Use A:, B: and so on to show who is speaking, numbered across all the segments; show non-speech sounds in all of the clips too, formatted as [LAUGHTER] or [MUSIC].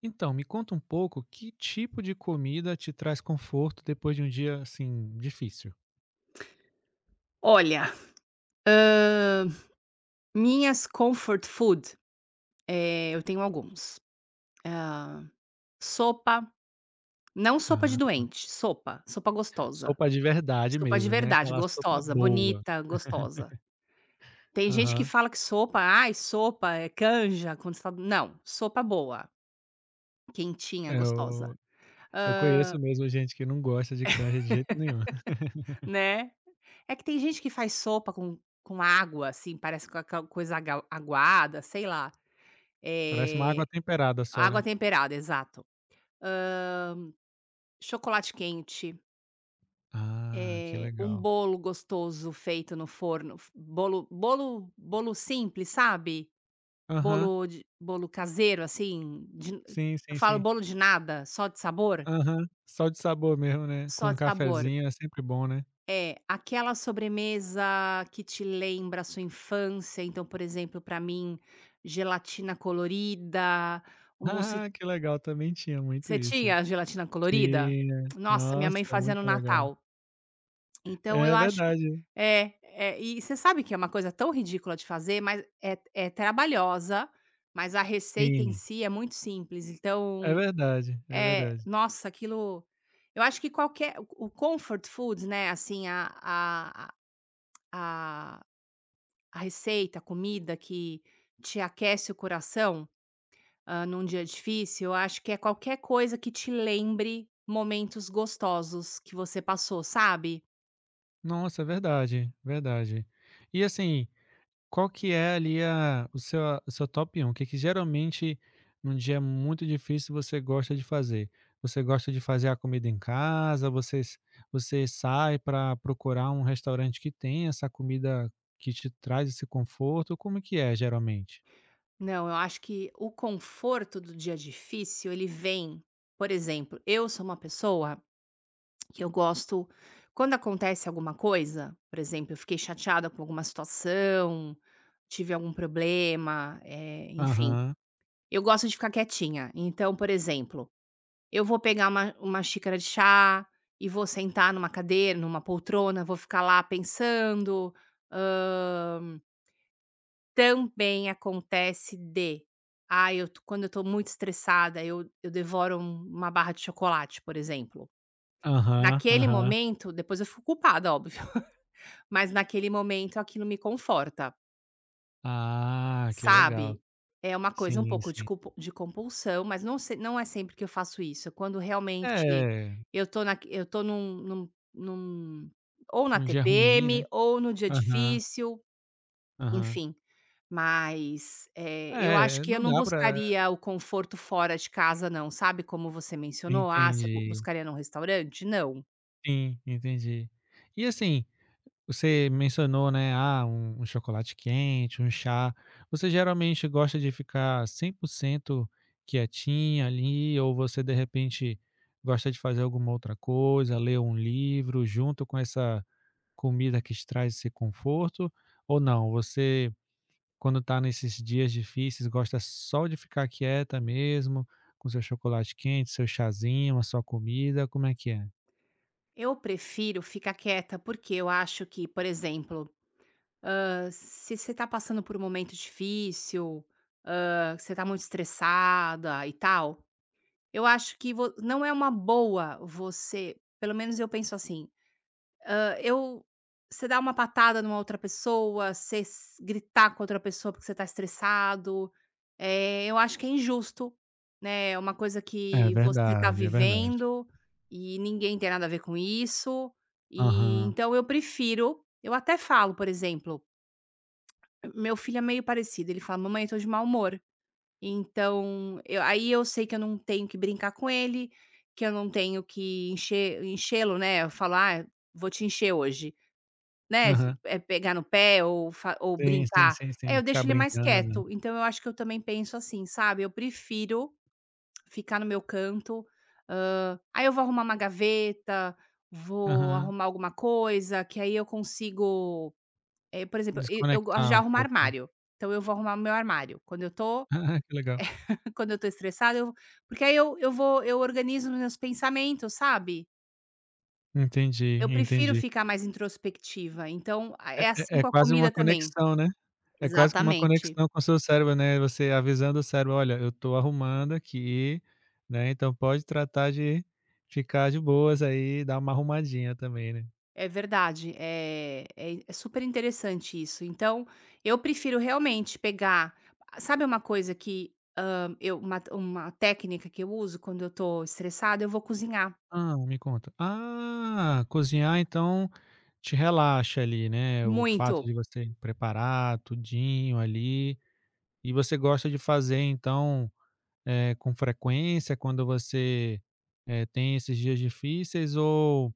A: Então, me conta um pouco que tipo de comida te traz conforto depois de um dia, assim, difícil?
B: Olha, hã, minhas comfort food, eu tenho alguns. Hã, sopa, não sopa de
A: Ah,
B: doente, sopa, sopa gostosa,
A: sopa de verdade
B: sopa de
A: mesmo, né,
B: verdade,
A: aquela sopa
B: gostosa,
A: boa.
B: bonita, gostosa. Tem gente que
A: Aham.
B: fala que sopa, "Ai, sopa é canja", quando você fala não, sopa boa, quentinha, gostosa,
A: Eu eu
B: ah,
A: conheço mesmo gente que não gosta de canja de jeito nenhum. [LAUGHS]
B: né. É que tem gente que faz sopa com água, assim, parece com aquela coisa agal aguada, sei lá,
A: Parece uma
B: eh,
A: água temperada só,
B: água
A: né.
B: temperada, exato. Chocolate quente,
A: Ah, que
B: um
A: legal.
B: bolo gostoso feito no forno, f bolo bolo bolo simples, sabe?
A: Aham.
B: Bolo caseiro, assim, de
A: Sim,
B: eu
A: sim,
B: falo
A: sim.
B: bolo de nada, só de sabor,
A: Aham. Só de sabor mesmo, né, com
B: só
A: um
B: de sabor.
A: cafezinho é sempre bom, né.
B: É, aquela sobremesa que te lembra a sua infância, então, por exemplo, pra mim, gelatina colorida, o
A: [LAUGHS]
B: mousse
A: Ah, que legal, também tinha muito
B: você
A: isso.
B: tinha gelatina colorida?
A: Tinha.
B: Nossa, minha
A: Nossa,
B: mãe fazia no
A: muito legal.
B: Natal. Então eu
A: É
B: acho que
A: verdade.
B: é, e você sabe que é uma coisa tão ridícula de fazer, mas é trabalhosa, mas a receita em
A: Sim,
B: si é muito simples,
A: é
B: então
A: verdade, é
B: é,
A: verdade.
B: nossa, aquilo eu acho que qualquer o comfort food, né, assim, a a receita, a comida que te aquece o coração, num dia difícil, eu acho que é qualquer coisa que te lembre momentos gostosos que você passou, sabe?
A: Nossa, é verdade, verdade. E assim, qual que é ali a o seu top 1? O que é que geralmente num dia muito difícil você gosta de fazer? Você gosta de fazer a comida em casa? Você sai para procurar um restaurante que tem essa comida que te traz esse conforto? Como que é geralmente?
B: Não, eu acho que o conforto do dia difícil, ele vem, por exemplo. Eu sou uma pessoa que eu gosto, quando acontece alguma coisa, por exemplo, eu fiquei chateada com alguma situação, tive algum problema, enfim,
A: Aham,
B: eu gosto de ficar quietinha. Então, por exemplo, eu vou pegar uma xícara de chá e vou sentar numa cadeira, numa poltrona, vou ficar lá pensando, também acontece de, ah, eu tô quando eu tô muito estressada, eu devoro uma barra de chocolate, por exemplo.
A: aham,
B: Naquele
A: aham.
B: momento depois eu fico culpada, óbvio, [LAUGHS] mas naquele momento aquilo me conforta,
A: Ah, que legal.
B: sabe. É uma coisa um
A: Sim,
B: pouco
A: sim.
B: de compulsão, mas não é sempre que eu faço isso, é quando realmente
A: É,
B: eu tô num ou na
A: num dia ruim, né?
B: TPM ou no dia
A: Aham,
B: difícil,
A: aham.
B: enfim. Mas, eu acho
A: É,
B: que eu
A: não
B: não
A: dá pra
B: buscaria o conforto fora de casa, não, sabe, como você mencionou: "Ah, você bu
A: Entendi.
B: buscaria num restaurante?" Não.
A: Sim, entendi. E assim, você mencionou, né, ah, um chocolate quente, um chá. Você geralmente gosta de ficar 100% quietinha ali ou você de repente gosta de fazer alguma outra coisa, ler um livro junto com essa comida que te traz esse conforto ou não? Você Quando tá nesses dias difíceis, gosta só de ficar quieta mesmo, com seu chocolate quente, seu chazinho, a sua comida, como é que é?
B: Eu prefiro ficar quieta, porque eu acho que, por exemplo, se você tá passando por um momento difícil, você tá muito estressada e tal, eu acho que vo não é uma boa, você, pelo menos eu penso assim: Eu você dar uma patada numa outra pessoa, você s gritar com outra pessoa porque você tá estressado, eu acho que é injusto, né, é uma coisa
A: É
B: que você tá
A: verdade, é verdade.
B: vivendo e ninguém tem nada a ver com isso. E
A: Aham,
B: então eu até falo, por exemplo, meu filho é meio parecido, ele fala: "Mamãe, eu tô de mau humor". Então eu Aí eu sei que eu não tenho que brincar com ele, que eu não tenho que encher enchê-lo, né, eu falo: "Ah, vou te encher hoje". Né,
A: aham.
B: pegar no pé ou fa ou
A: Sim, sim,
B: brincar,
A: sim, sim.
B: é, eu
A: Ficar
B: deixo ele mais
A: brincando.
B: quieto, então eu acho que eu também penso assim, sabe, eu prefiro ficar no meu canto, aí eu vou arrumar uma gaveta, vou
A: Aham.
B: arrumar alguma coisa, que aí eu consigo, por exemplo, e eu gosto de
A: Desconectar um
B: arrumar
A: pouco.
B: armário, então eu vou arrumar meu armário, quando eu tô
A: [LAUGHS] Que legal.
B: [LAUGHS] quando eu tô estressada, eu porque aí eu organizo meus pensamentos, sabe.
A: Entendi,
B: Eu prefiro
A: entendi.
B: ficar mais introspectiva, então a
A: É
B: é assim
A: é
B: com a
A: quase uma
B: comida também.
A: conexão, né. É quase que uma
B: Exatamente,
A: conexão com o seu cérebro, né, você avisando o cérebro: "Olha, eu tô arrumando aqui, né, então pode tratar de ficar de boas aí, dar uma arrumadinha também", né.
B: é verdade, é super interessante isso. Então, eu prefiro realmente pegar, sabe, uma coisa que, eu uma técnica que eu uso quando eu estou estressada? Eu vou cozinhar,
A: Ah, me conta. Ah, cozinhar então te relaxa ali, né, o fato
B: muito.
A: de você preparar tudinho ali. E você gosta de fazer então, com frequência quando você tem esses dias difíceis ou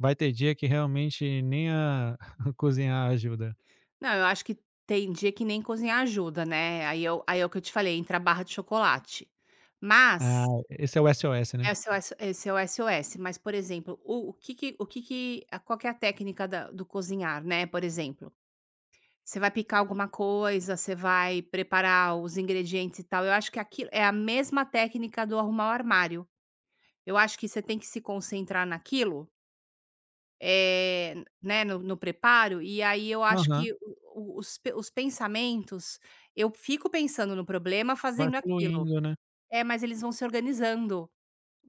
A: vai ter dia que realmente nem a [LAUGHS] cozinhar ajuda.
B: Não, eu acho que tem dia que nem cozinhar ajuda, né, aí é o que eu te falei, entra a barra de chocolate. Mas
A: Ah, esse é o SOS,
B: é
A: né?
B: o seu, S é O S, esse é o SOS, mas, por exemplo, o que que qual que é a técnica da do cozinhar, né, por exemplo? Você vai picar alguma coisa, você vai preparar os ingredientes e tal. Eu acho que aquilo é a mesma técnica do arrumar o armário. Eu acho que você tem que se concentrar naquilo, eh, né, no preparo, e aí eu acho
A: Aham.
B: que o os pe os pensamentos, eu fico pensando no problema
A: Vai
B: fazendo aquilo.
A: fluindo, né?
B: É, mas eles vão se organizando.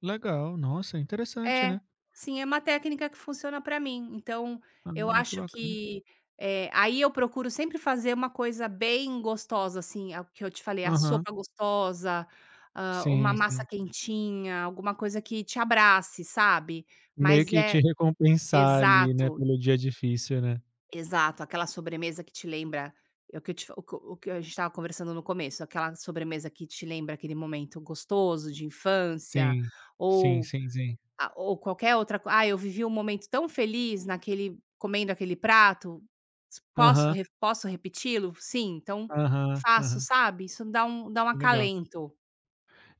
A: Legal, nossa, interessante,
B: É,
A: né?
B: sim, é uma técnica que funciona pra mim, então eu
A: Ah, que
B: acho
A: bacana.
B: que, aí eu procuro sempre fazer uma coisa bem gostosa, assim, é o que eu te falei, a
A: Aham.
B: sopa gostosa, uma
A: Sim,
B: massa
A: sim.
B: quentinha, alguma coisa que te abrace, sabe.
A: Meio
B: Mas
A: que
B: é
A: te recompensar ali, né,
B: exato,
A: pelo dia difícil, né?
B: exato, aquela sobremesa que te lembra, é o que eu o que a gente estava conversando no começo, aquela sobremesa que te lembra aquele momento gostoso de infância,
A: Sim. Sim,
B: ou
A: sim, sim.
B: ou qualquer outra co "Ah, eu vivi um momento tão feliz naquele, comendo aquele prato, s posso
A: Aham,
B: re posso repeti-lo? Sim, então
A: aham,
B: faço",
A: aham.
B: sabe, isso dá um
A: Legal.
B: acalento.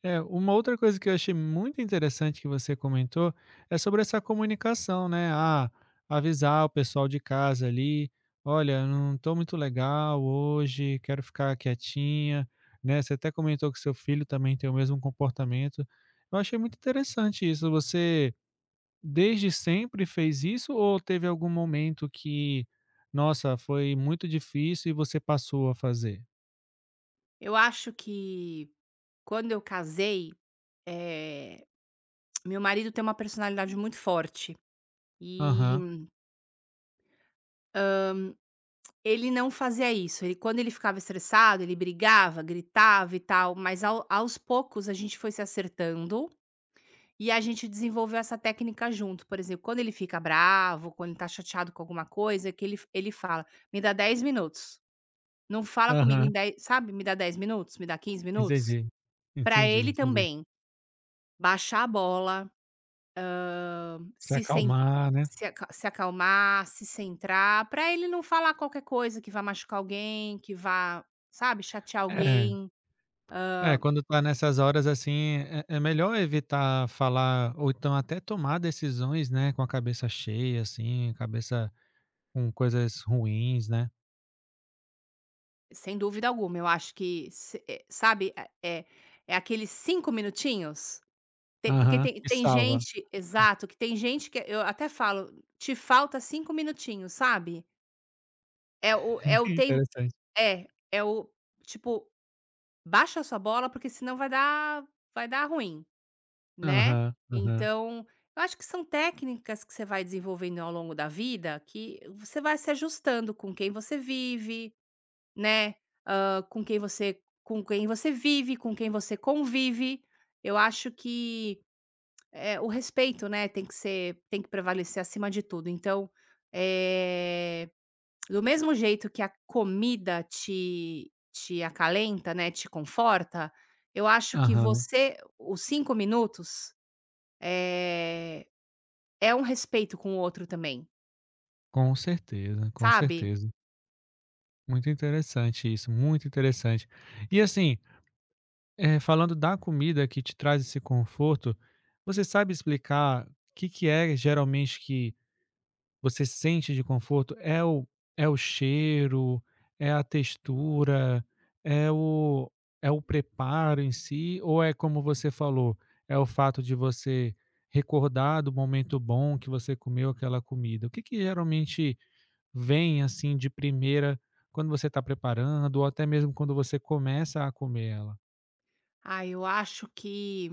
A: É, uma outra coisa que eu achei muito interessante que você comentou é sobre essa comunicação, né? Ah, avisar o pessoal de casa ali, olha, não tô muito legal hoje, quero ficar quietinha, né? Você até comentou que seu filho também tem o mesmo comportamento. Eu achei muito interessante isso. Você desde sempre fez isso ou teve algum momento que, nossa, foi muito difícil e você passou a fazer?
B: Eu acho que, quando eu casei, eh, meu marido tem uma personalidade muito forte,
A: Aham,
B: e ele não fazia isso. Ele, quando ele ficava estressado, ele brigava, gritava e tal, mas ao aos poucos a gente foi se acertando. E a gente desenvolveu essa técnica junto. Por exemplo, quando ele fica bravo, quando ele tá chateado com alguma coisa, que ele ele fala: "Me dá 10 minutos, não fala comigo
A: aham,
B: em 10", sabe, "Me dá 10 minutos, me dá 15 minutos",
A: entendi.
B: pra
A: Entendi,
B: ele
A: entendi.
B: também baixar a bola,
A: Se
B: se cen
A: acalmar, né.
B: se acalmar, se centrar, pra ele não falar qualquer coisa que vá machucar alguém, que vá, sabe, chatear
A: É,
B: alguém,
A: Quando tá nessas horas, assim, é melhor evitar falar ou então até tomar decisões, né, com a cabeça cheia, assim, cabeça com coisas ruins, né.
B: sem dúvida alguma. Eu acho que se, sabe, é é aqueles 5 minutinhos. Tem, porque
A: Aham,
B: tem
A: que
B: tem
A: salva.
B: gente, exato, que tem gente que eu até falo: "Te falta 5 minutinhos", sabe. É o é
A: [LAUGHS]
B: o tem
A: Interessante.
B: é o tipo, baixa a sua bola, porque senão vai dar ruim, né.
A: Aham, aham,
B: Então, eu acho que são técnicas que você vai desenvolvendo ao longo da vida, que você vai se ajustando com quem você vive, né, com quem você, com quem você vive, com quem você convive. Eu acho que É, o respeito, né, tem que prevalecer acima de tudo. Então, eh, do mesmo jeito que a comida te acalenta, né, te conforta, eu acho que
A: aham.
B: você, os 5 minutos, eh, é um respeito com o outro também,
A: Com certeza, com
B: sabe.
A: certeza. Muito interessante isso, muito interessante. E, assim, falando da comida que te traz esse conforto, você sabe explicar o que que é geralmente que você sente de conforto, é o é o cheiro, é a textura, é o é o preparo em si, ou é como você falou, é o fato de você recordar do momento bom que você comeu aquela comida? O que que geralmente vem, assim, de primeira quando você está preparando ou até mesmo quando você começa a comer ela?
B: Ah, eu acho que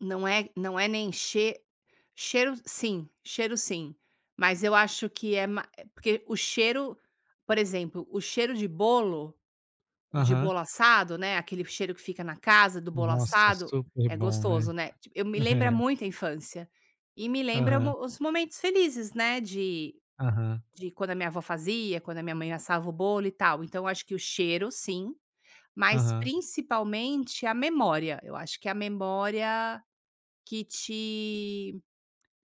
B: não é, nem cheiro, sim, cheiro, sim, mas eu acho que é, ma porque o cheiro, por exemplo, o cheiro de
A: Aham.
B: bolo assado, né, aquele cheiro que fica na casa do bolo
A: Nossa,
B: assado,
A: super
B: é
A: bom, né?
B: gostoso, né. Ti eu me lembra
A: [LAUGHS]
B: muito a infância, e me
A: É,
B: lembra
A: aham,
B: mo os momentos felizes, né, de
A: aham,
B: de quando a minha avó fazia, quando a minha mãe assava o bolo e tal. Então eu acho que o cheiro, sim, mas
A: aham.
B: principalmente a memória, eu acho que é a memória que te,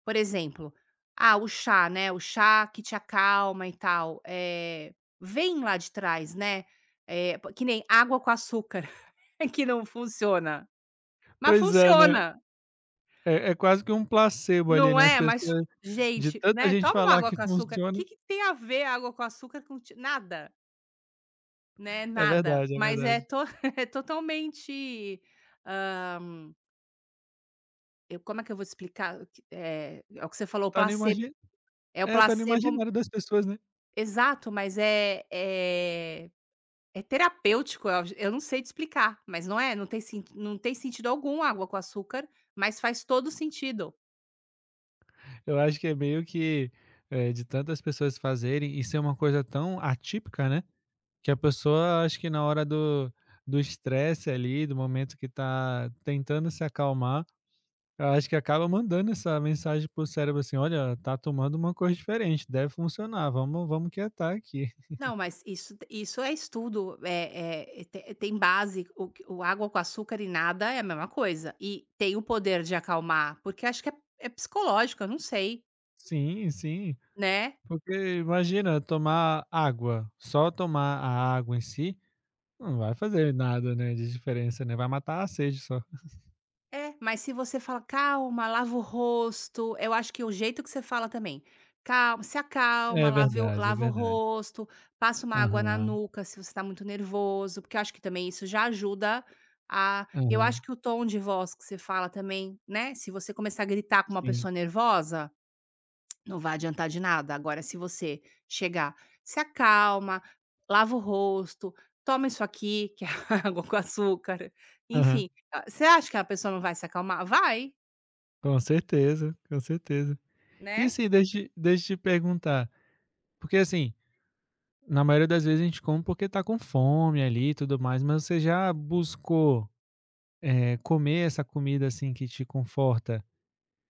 B: por exemplo, ah, o chá, né, o chá que te acalma e tal, é, vem lá de trás, né, po que nem água com açúcar. [LAUGHS] É que não funciona. Mas
A: Pois é, né?
B: funciona,
A: É quase que um placebo ali,
B: não
A: né, as
B: é? Mas,
A: pessoas de
B: gente,
A: tanta
B: né,
A: gente
B: toma uma
A: falar
B: água
A: que
B: com açúcar,
A: funciona,
B: que tem a ver água com açúcar com ti nada, né,
A: é
B: nada.
A: verdade, é
B: Mas é
A: verdade.
B: to [LAUGHS] é totalmente, hã, eu, como é que eu vou te explicar? Que, é o que você falou, o
A: Tá no
B: placebo,
A: imagi
B: é o
A: É, tá no
B: placebo,
A: imaginário das pessoas, né.
B: exato, mas é terapêutico, eu não sei te explicar, mas não é, não tem sentido algum água com açúcar, mas faz todo sentido.
A: Eu acho que é meio que, de tantas pessoas fazerem e ser uma coisa tão atípica, né, que a pessoa acho que na hora do estresse ali, do momento que tá tentando se acalmar, eu acho que acaba mandando essa mensagem pro cérebro assim: "Olha, tá tomando uma coisa diferente, deve funcionar, vamos quietar aqui". [LAUGHS]
B: Não, mas isso é estudo, é, te tem base, o água com açúcar e nada é a mesma coisa, e tem o poder de acalmar, porque acho que é psicológico, eu não sei,
A: Sim, sim.
B: né.
A: Porque imagina tomar água, só tomar a água em si, não vai fazer nada, né, de diferença, né, vai matar a sede só.
B: É, mas se você fala: "Calma, lava o rosto", eu acho que o jeito que você fala também. Calma, se acalma,
A: É
B: lave o
A: verdade, é
B: lava o
A: verdade.
B: rosto, passa uma água na
A: Aham,
B: nuca se você está muito nervoso, porque eu acho que também isso já ajuda a Eu acho
A: aham,
B: que o tom de voz que você fala também, né, se você começar a gritar com uma
A: sim.
B: pessoa nervosa, não vai adiantar de nada. Agora, se você chegar, se acalma, lava o rosto, toma isso aqui, que é [LAUGHS] água com açúcar,
A: Aham,
B: enfim. Ah, você acha que a pessoa não vai se acalmar? Vai,
A: com certeza, com certeza. E
B: né?
A: assim, deixa eu te perguntar, porque assim, na maioria das vezes a gente come porque tá com fome ali e tudo mais, mas você já buscou, comer essa comida, assim, que te conforta,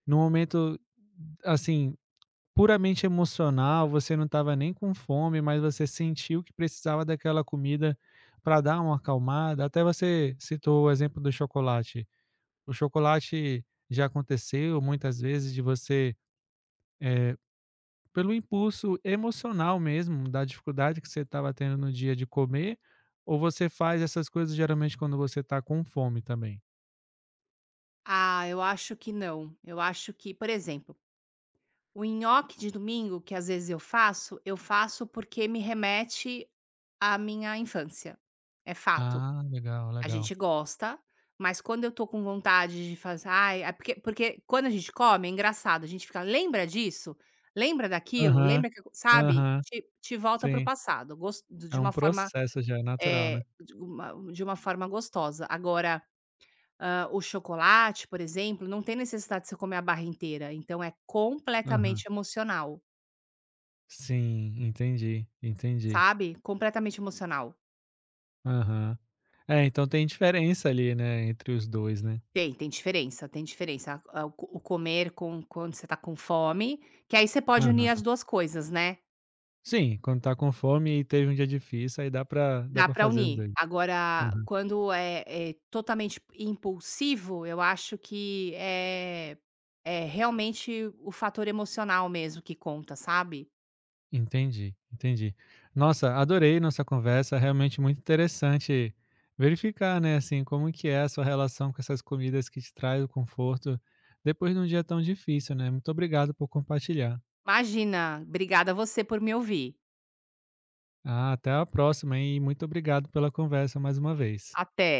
A: no momento, assim, puramente emocional, você não estava nem com fome, mas você sentiu que precisava daquela comida para dar uma acalmada. Até você citou o exemplo do chocolate. O chocolate já aconteceu muitas vezes de você, eh, pelo impulso emocional mesmo, da dificuldade que você estava tendo no dia de comer, ou você faz essas coisas geralmente quando você está com fome também?
B: Ah, eu acho que não. Eu acho que, por exemplo, o nhoque de domingo, que às vezes eu faço porque me remete à minha infância. É fato.
A: Ah, legal,
B: A
A: legal.
B: gente gosta, mas quando eu tô com vontade de fazer, ai, é porque quando a gente come é engraçado, a gente fica: "Lembra disso? Lembra daquilo?
A: Aham,
B: Lembra que acon", sabe,
A: aham,
B: te volta para o
A: sim.
B: passado, gos
A: É
B: de
A: um
B: uma forma,
A: processo já, é natural, né.
B: de uma forma gostosa. Agora, o chocolate, por exemplo, não tem necessidade de você comer a barra inteira, então é
A: Aham.
B: completamente emocional,
A: Sim, entendi, entendi.
B: sabe, completamente emocional.
A: Aham. É, então tem diferença ali, né, entre os 2, né.
B: Tem, tem diferença, tem diferença. A o comer, com quando você tá com fome, que aí você pode
A: Aham.
B: unir as duas coisas, né.
A: Sim, quando tá com fome e teve um dia difícil, aí dá pra dá
B: Dá
A: pra
B: pra
A: fazer os
B: unir.
A: 2.
B: Agora,
A: Aham.
B: quando é totalmente impulsivo, eu acho que é realmente o fator emocional mesmo que conta, sabe.
A: Entendi, entendi. Nossa, adorei nossa conversa, realmente muito interessante verificar, né, assim, como que é a sua relação com essas comidas que te traz o conforto depois de um dia tão difícil, né. Muito obrigado por compartilhar.
B: Imagina, obrigada a você por me ouvir.
A: Ah, até a próxima, e muito obrigado pela conversa mais uma vez.
B: Até.